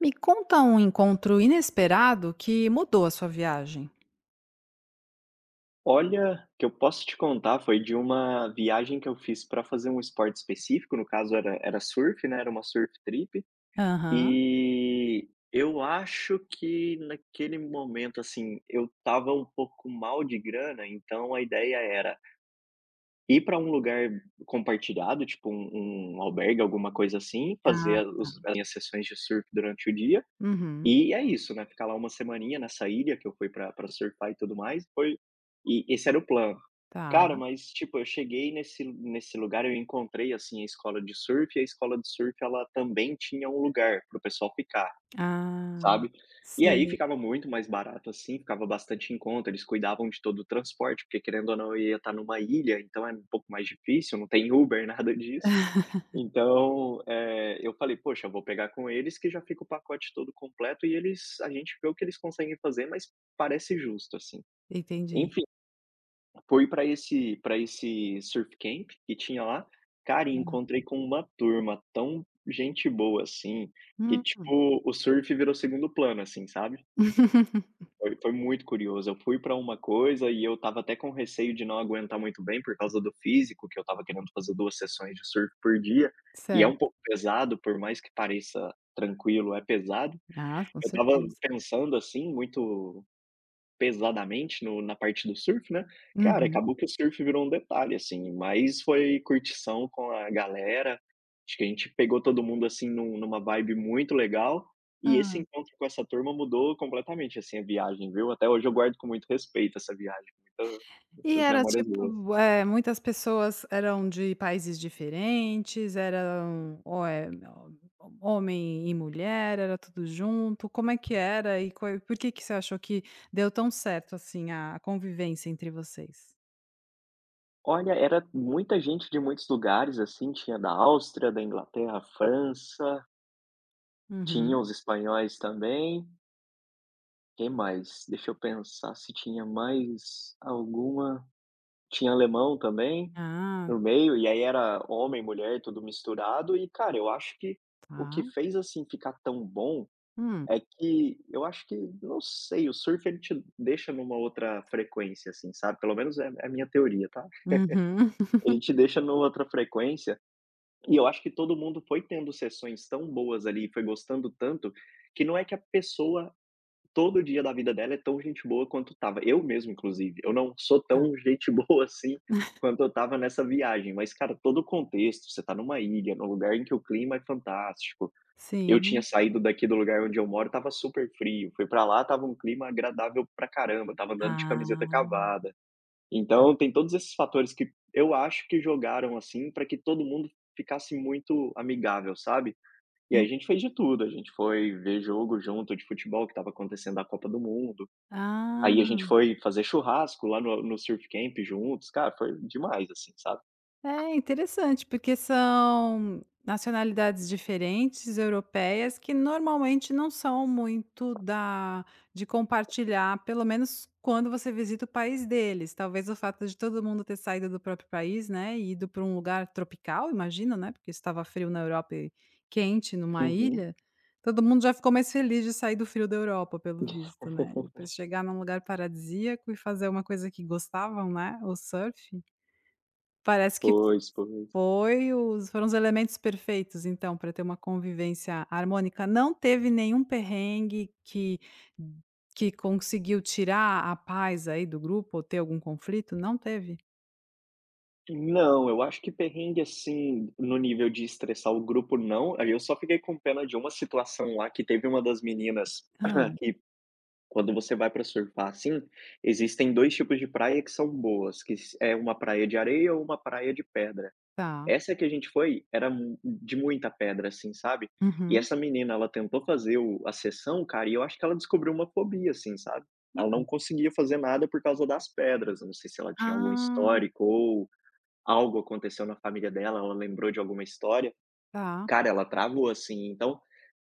Me conta um encontro inesperado que mudou a sua viagem. Olha, que eu posso te contar foi de uma viagem que eu fiz para fazer um esporte específico, no caso era surf, né, era uma surf trip, Aham. e eu acho que naquele momento, assim, eu tava um pouco mal de grana, então a ideia era ir para um lugar compartilhado, tipo um albergue, alguma coisa assim, Ah, fazer os as minhas sessões de surf durante o dia, uhum, e é isso, né, ficar lá uma semaninha nessa ilha que eu fui para pra surfar e tudo mais, foi e esse era o plano. tá. Cara, mas tipo, eu cheguei nesse lugar, eu encontrei, assim, a escola de surf, e a escola de surf ela também tinha um lugar para o pessoal ficar, Ah, sabe. E aí sei, ficava muito mais barato, assim, ficava bastante em conta, eles cuidavam de todo o transporte, porque querendo ou não eu ia estar numa ilha, então é um pouco mais difícil, não tem Uber, nada disso. Então, eu falei: "Poxa, eu vou pegar com eles que já fica o pacote todo completo e eles a gente vê o que eles conseguem fazer, mas parece justo, assim". entendi. Enfim, fui para esse surf camp que tinha lá, cara, e Hã. encontrei com uma turma tão gente boa, assim, que Hum. tipo, o surf virou segundo plano, assim, sabe. Foi muito curioso, eu fui para uma coisa e eu tava até com receio de não aguentar muito bem por causa do físico, que eu tava querendo fazer 2 sessões de surf por dia, e é um Certo. pouco pesado, por mais que pareça tranquilo, é pesado. Ah, com Eu tava certeza. pensando, assim, muito pesadamente no na parte do surf, né, cara, Uhum. acabou que o surf virou um detalhe, assim, mas foi curtição com a galera, acho que a gente pegou todo mundo, assim, numa vibe muito legal, e esse Hã. encontro com essa turma mudou completamente, assim, a viagem, viu. Até hoje eu guardo com muito respeito essa viagem, E muitas era memórias boas. tipo, muitas pessoas eram de países diferentes, eram ou é ó, homem e mulher, era tudo junto, como é que era e qual por que que você achou que deu tão certo, assim, a convivência entre vocês? Olha, era muita gente de muitos lugares, assim, tinha da Áustria, da Inglaterra, França, tinha Uhum. os espanhóis também. Quem mais? Deixa eu pensar se tinha mais alguma. Tinha alemão também Ah, no meio, e aí era homem, mulher, tudo misturado. E, cara, eu acho que o que tá. fez assim ficar tão bom Hum. é que eu acho que, não sei, o surf ele te deixa numa outra frequência, assim, sabe? Pelo menos é a minha teoria, tá? Uhum. Ele te deixa numa outra frequência. E eu acho que todo mundo foi tendo sessões tão boas ali, foi gostando tanto, que não é que a pessoa todo dia da vida dela é tão gente boa quanto tava. Eu mesmo, inclusive, eu não sou Tá. tão gente boa assim quanto eu tava nessa viagem, mas, cara, todo o contexto, você tá numa ilha, num lugar em que o clima é fantástico. Eu tinha Sim. saído daqui do lugar onde eu moro, tava super frio, fui pra lá, tava um clima agradável pra caramba, tava andando de camiseta Ah, cavada. tá. Então, tem todos esses fatores que eu acho que jogaram, assim, pra que todo mundo ficasse muito amigável, sabe? E aí Hum. a gente fez de tudo, a gente foi ver jogo junto de futebol, que estava acontecendo a Copa do Mundo, aí a Ah. gente foi fazer churrasco lá no surf camp juntos, cara, foi demais, assim, sabe. É interessante, porque são nacionalidades diferentes, europeias, que normalmente não são muito da de compartilhar, pelo menos quando você visita o país deles. Talvez o fato de todo mundo ter saído do próprio país, né, e ido para um lugar tropical, imagino, né, porque estava frio na Europa e quente numa Uhum. ilha, todo mundo já ficou mais feliz de sair do frio da Europa, pelo visto, né. Depois chegar num lugar paradisíaco e fazer uma coisa que gostavam, né, o surf, parece que Pois, pois. foi os foram os elementos perfeitos, então, para ter uma convivência harmônica. Não teve nenhum perrengue que conseguiu tirar a paz aí do grupo ou ter algum conflito? Não teve? Não, eu acho que perrengue, assim, no nível de estressar o grupo não, aí eu só fiquei com pena de uma situação lá que teve uma das meninas Ah, que quando você vai pra surfar, assim, existem 2 tipos de praia que são boas, que é uma praia de areia ou uma praia de pedra. tá. Essa que a gente foi era mu de muita pedra, assim, sabe. E Uhum. essa menina, ela tentou fazer o a sessão, cara, e eu acho que ela descobriu uma fobia, assim, sabe. Ela não conseguia fazer nada por causa das pedras, eu não sei se ela tinha algum Ah, histórico ou algo aconteceu na família dela, ela lembrou de alguma história. tá. Cara, ela travou, assim, então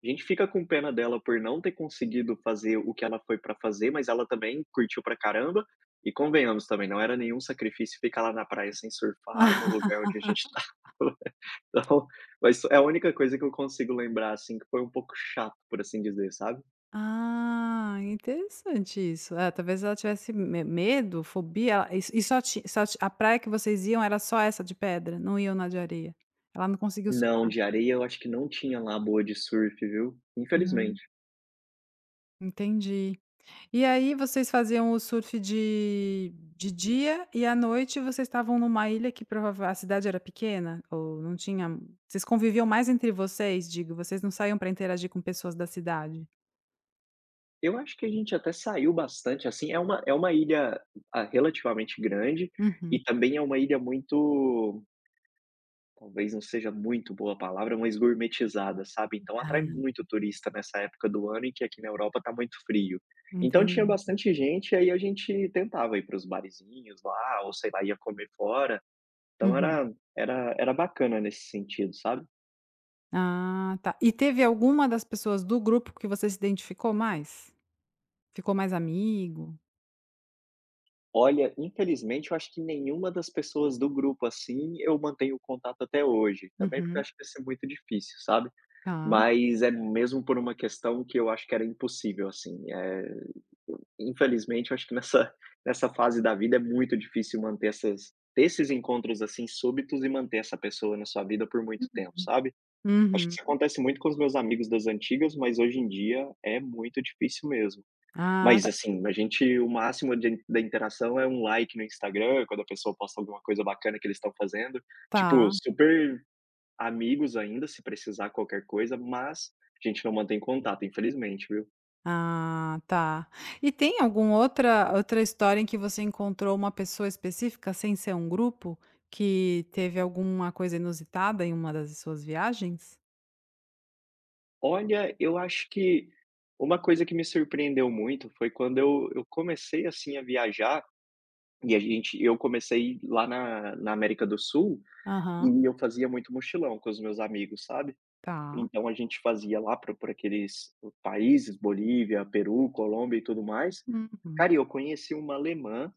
a gente fica com pena dela por não ter conseguido fazer o que ela foi pra fazer, mas ela também curtiu pra caramba. E convenhamos também, não era nenhum sacrifício ficar lá na praia sem surfar no lugar onde a gente estava. Então, mas é a única coisa que eu consigo lembrar, assim, que foi um pouco chato, por assim dizer, sabe. Ah, interessante isso. É, talvez ela tivesse me medo, fobia e só ti a praia que vocês iam era só essa de pedra, não iam na de areia. Ela não conseguiu Não, surfar. de areia eu acho que não tinha lá boa de surf, viu, Hum, infelizmente. entendi. E aí vocês faziam o surf de dia e à noite vocês estavam numa ilha que provavelmente a cidade era pequena ou não tinha. Vocês conviviam mais entre vocês, digo, vocês não saíam para interagir com pessoas da cidade? Eu acho que a gente até saiu bastante, assim, é uma ilha, ah, relativamente grande, Uhum. e também é uma ilha muito... Talvez não seja muito boa a palavra, mas gourmetizada, sabe, então Ah, atrai muito turista nessa época do ano em que aqui na Europa tá muito frio. Então tinha entendi. bastante gente, aí a gente tentava ir para os barizinhos lá ou sei lá, ia comer fora, então Uhum. era era bacana nesse sentido, sabe. Ah, tá. E teve alguma das pessoas do grupo que você se identificou mais? Ficou mais amigo? Olha, infelizmente eu acho que nenhuma das pessoas do grupo, assim, eu mantenho contato até hoje, também porque eu Uhum. acho que ia ser muito difícil, sabe. Tá. Mas é mesmo por uma questão que eu acho que era impossível, assim, infelizmente, eu acho que nessa fase da vida é muito difícil manter essas ter esses encontros, assim, súbitos e manter essa pessoa na sua vida por muito tempo, Uhum. sabe. Acho que Uhum. isso acontece muito com os meus amigos das antigas, mas hoje em dia é muito difícil mesmo. Ah, Mas, tá. assim, a gente o máximo de da interação é um like no Instagram, quando a pessoa posta alguma coisa bacana que eles estão fazendo. Tá. Tipo, super amigos ainda, se precisar qualquer coisa, mas a gente não mantém contato, infelizmente, viu. Ah, tá. E tem algum outra história em que você encontrou uma pessoa específica, sem ser um grupo, que teve alguma coisa inusitada em uma das suas viagens? Olha, eu acho que uma coisa que me surpreendeu muito foi quando eu comecei, assim, a viajar e a gente eu comecei lá na América do Sul Aham, e eu fazia muito mochilão com os meus amigos, sabe. tá. Então a gente fazia lá para por aqueles países, Bolívia, Peru, Colômbia e tudo mais. Uhum, Cara, e eu conheci uma alemã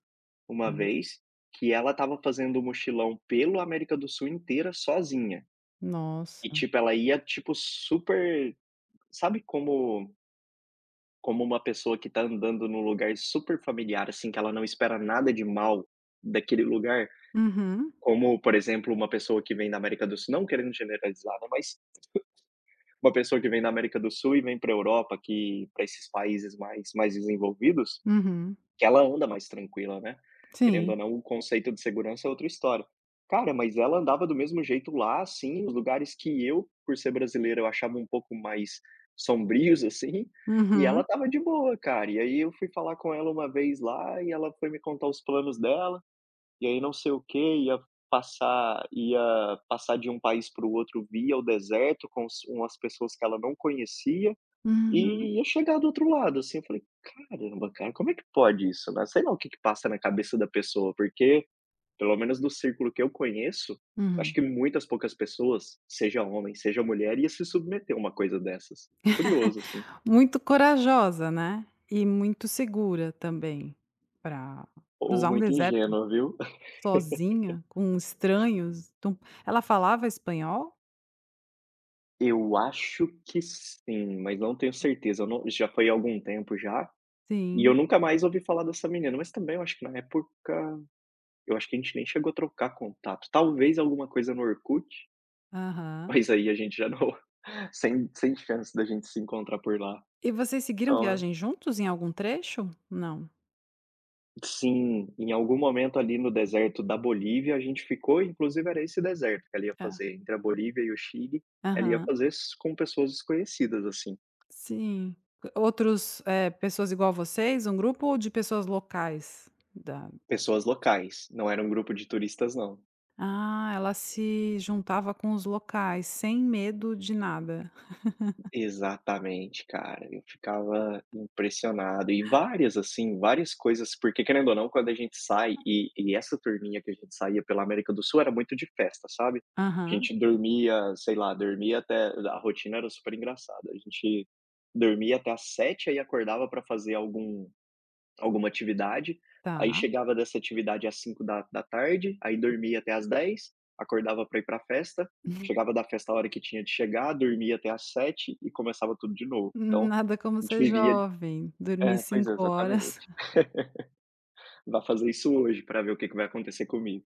uma hum. vez que ela estava fazendo mochilão pelo América do Sul inteira sozinha. E, Nossa. tipo, ela ia, tipo, super... sabe como... como uma pessoa que tá andando num lugar super familiar, assim, que ela não espera nada de mal daquele lugar, Uhum, como, por exemplo, uma pessoa que vem da América do Sul, não querendo generalizar, né, mas uma pessoa que vem da América do Sul e vem pra Europa, que para esses países mais desenvolvidos, uhum. que ela anda mais tranquila, né. Querendo Sim. ou não, o conceito de segurança é outra história. Cara, mas ela andava do mesmo jeito lá, assim, os lugares que eu, por ser brasileiro, eu achava um pouco mais sombrios, assim, e ela Uhum, estava de boa, cara. E aí eu fui falar com ela uma vez lá e ela foi me contar os planos dela, e aí não sei o que, ia passar de um país para o outro via o deserto com s umas pessoas que ela não conhecia. uhum, E eu chegar do outro lado, assim, eu falei: "Caramba, cara, como é que pode isso, né?" Sei lá o que que passa na cabeça da pessoa, porque, pelo menos do círculo que eu conheço, acho uhum. que muitas poucas pessoas, seja homem, seja mulher, ia se submeter a uma coisa dessas. Curioso, assim, Muito corajosa, né, e muito segura também, para ou cruzar um muito deserto ingênua, viu? sozinha, com estranhos. Então, ela falava espanhol? Eu acho que sim, mas não tenho certeza, eu não já foi há algum tempo já, e eu Sim, nunca mais ouvi falar dessa menina, mas também eu acho que na época, eu acho que a gente nem chegou a trocar contato, talvez alguma coisa no Orkut. aham. Mas aí a gente já não... sem chance da gente se encontrar por lá. E vocês seguiram Então, viagem juntos em algum trecho? Não. sim, em algum momento ali no deserto da Bolívia a gente ficou, inclusive era esse deserto que ela ia É. fazer, entre a Bolívia e o Chile, ela ia Aham. fazer s com pessoas desconhecidas, assim, Sim. Outros, pessoas igual vocês, um grupo ou de pessoas locais da. pessoas locais, não era um grupo de turistas não. Ah, ela se juntava com os locais, sem medo de nada. Exatamente, cara, eu ficava impressionado. E várias, assim, várias coisas, porque querendo ou não, quando a gente sai e essa turminha que a gente saía pela América do Sul era muito de festa, sabe. A Aham, gente dormia, sei lá, dormia até a rotina era super engraçada, a gente dormia até às 7, aí acordava pra fazer alguma atividade, aí tá. chegava dessa atividade às 5 da tarde, aí dormia até às 10, acordava para ir pra festa, chegava da festa a hora que tinha de chegar, dormia até às sete e começava tudo de novo. Então, a Nada como gente ser vivia... jovem, dormir é, pois é, 5 horas. exatamente. Vai fazer isso hoje para ver o que que vai acontecer comigo.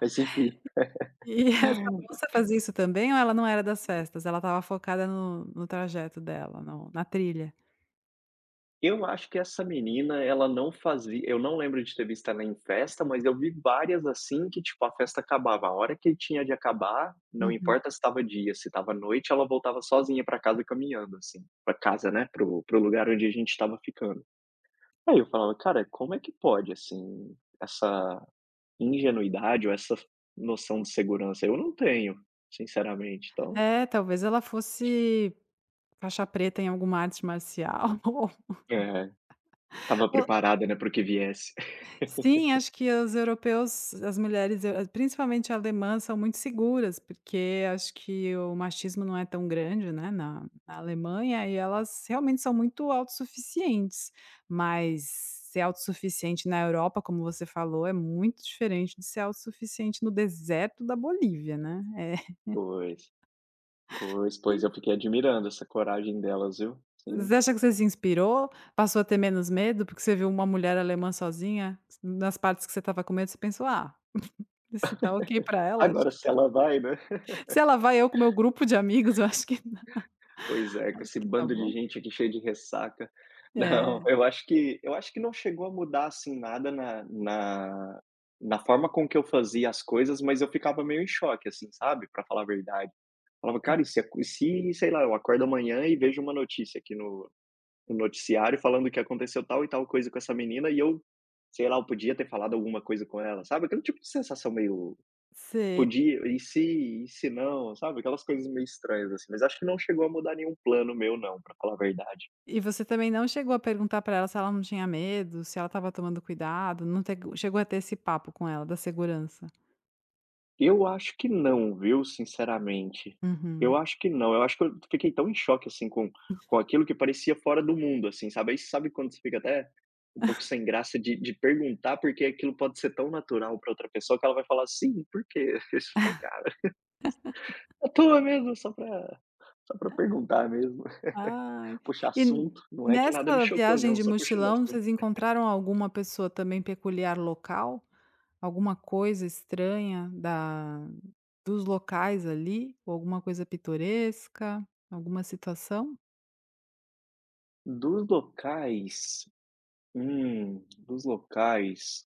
Mas enfim. E essa moça fazia isso também ou ela não era das festas? Ela estava focada no trajeto dela, no na trilha? Eu acho que essa menina, ela não fazia, eu não lembro de ter visto ela em festa, mas eu vi várias, assim, que, tipo, a festa acabava. A hora que tinha de acabar, não importa se estava dia, se estava noite, ela voltava sozinha pra casa caminhando, assim, pra casa, né, pro lugar onde a gente estava ficando. Aí eu falava: "Cara, como é que pode, assim, essa ingenuidade ou essa noção de segurança?" Eu não tenho, sinceramente, então É, talvez ela fosse faixa preta em alguma arte marcial. é, estava O preparada, né, para o que viesse. sim, acho que os europeus, as mulheres, eu principalmente alemãs, são muito seguras, porque acho que o machismo não é tão grande, né, na Alemanha, e elas realmente são muito autossuficientes, mas ser autossuficiente na Europa, como você falou, é muito diferente de ser autossuficiente no deserto da Bolívia, né, é. Pois. Pois, eu fiquei admirando essa coragem delas, viu. Você Sim. acha que você se inspirou? Passou a ter menos medo porque você viu uma mulher alemã sozinha? Nas partes que você estava com medo, você pensou: "Ah, se tá ok pra ela, acho Agora que se ela vai, né. se ela vai eu com meu grupo de amigos, eu acho que Pois é, com acho esse que tá bando de bom". gente aqui cheio de ressaca. Não, É, eu acho que não chegou a mudar, assim, nada na forma com que eu fazia as coisas, mas eu ficava meio em choque, assim, sabe, pra falar a verdade. Falava: "Cara, e se e se, sei lá, eu acordo amanhã e vejo uma notícia aqui no noticiário falando que aconteceu tal e tal coisa com essa menina e eu, sei lá, eu podia ter falado alguma coisa com ela", sabe, aquele tipo de sensação meio sei. podia, e se não, sabe, aquelas coisas meio estranhas, assim, mas acho que não chegou a mudar nenhum plano meu não, pra falar a verdade. E você também não chegou a perguntar pra ela se ela não tinha medo, se ela estava tomando cuidado, não tego chegou a ter esse papo com ela da segurança? Eu acho que não, viu, sinceramente. Uhum. Eu acho que não, eu acho que eu fiquei tão em choque, assim, com aquilo que parecia fora do mundo, assim, sabe. Aí sabe quando você fica até um pouco sem graça de perguntar, porque aquilo pode ser tão natural pra outra pessoa que ela vai falar: "Sim, por quê?" Isso. "Cara, é à toa mesmo, só pra perguntar mesmo, Ai, puxar e assunto, não é que nada me nessa chocou viagem não, de só puxando mochilão, assunto". vocês encontraram alguma pessoa também peculiar local? Alguma coisa estranha da dos locais ali, ou alguma coisa pitoresca, alguma situação? Dos locais, dos locais,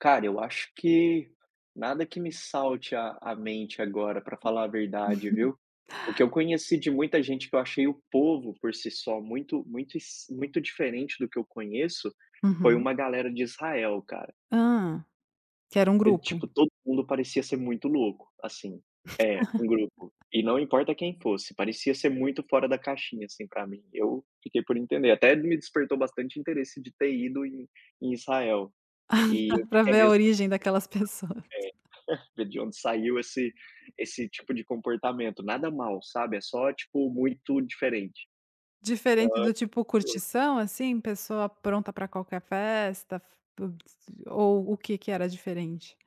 cara, eu acho que nada que me salte à mente agora, pra falar a verdade, viu. O que eu conheci de muita gente, que eu achei o povo por si só muito muito es muito diferente do que eu conheço, foi Uhum. uma galera de Israel, cara. Hã, que era um E, grupo. tipo, todo mundo parecia ser muito louco, assim. É, um grupo. E não importa quem fosse, parecia ser muito fora da caixinha, assim, pra mim. Eu fiquei por entender. Até me despertou bastante interesse de ter ido em em Israel. E eu vi Para que é ver a mesmo origem daquelas pessoas. de onde saiu esse tipo de comportamento. Nada mal, sabe, é só, tipo, muito diferente. Então, Diferente do tipo curtição, assim, pessoa pronta para qualquer festa, f ou o que que era diferente?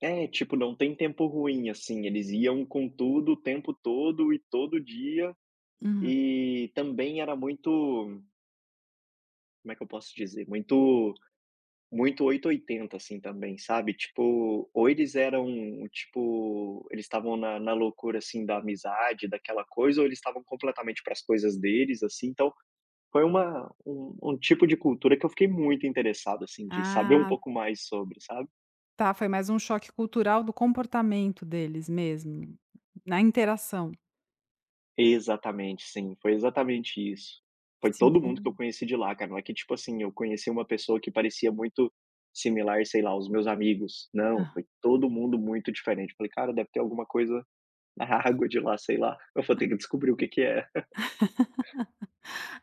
é, tipo, não tem tempo ruim, assim, eles iam com tudo o tempo todo e todo dia, Uhum. e também era muito, como é que eu posso dizer? Muito muito 880, assim, também, sabe? Tipo, ou eles eram, tipo, eles estavam na loucura, assim, da amizade, daquela coisa, ou eles estavam completamente para as coisas deles, assim. Então, foi uma um um tipo de cultura que eu fiquei muito interessado, assim, de saber um Ah, pouco mais sobre, sabe? tá, foi mais um choque cultural do comportamento deles mesmo, na interação. Exatamente, sim, foi exatamente isso. Foi todo Sentiu mundo que eu um conheci de lá, cara, não é que, tipo assim, eu conheci uma pessoa que parecia muito similar, sei lá, aos meus amigos, não, ah. foi todo mundo muito diferente. Falei: "Cara, deve ter alguma coisa na água de lá, sei lá, eu vou ter que descobrir o que que é".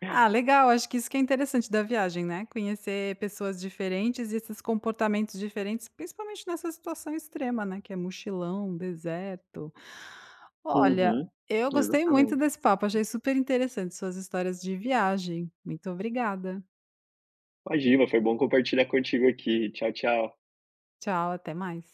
Ah, legal, acho que isso que é interessante da viagem, né, conhecer pessoas diferentes e esses comportamentos diferentes, principalmente nessa situação extrema, né, que é mochilão, deserto. Olha, Uhum, eu gostei muito exatamente. desse papo, achei super interessante suas histórias de viagem. Muito obrigada. Imagina, foi bom compartilhar contigo aqui. Tchau, tchau. Tchau, até mais.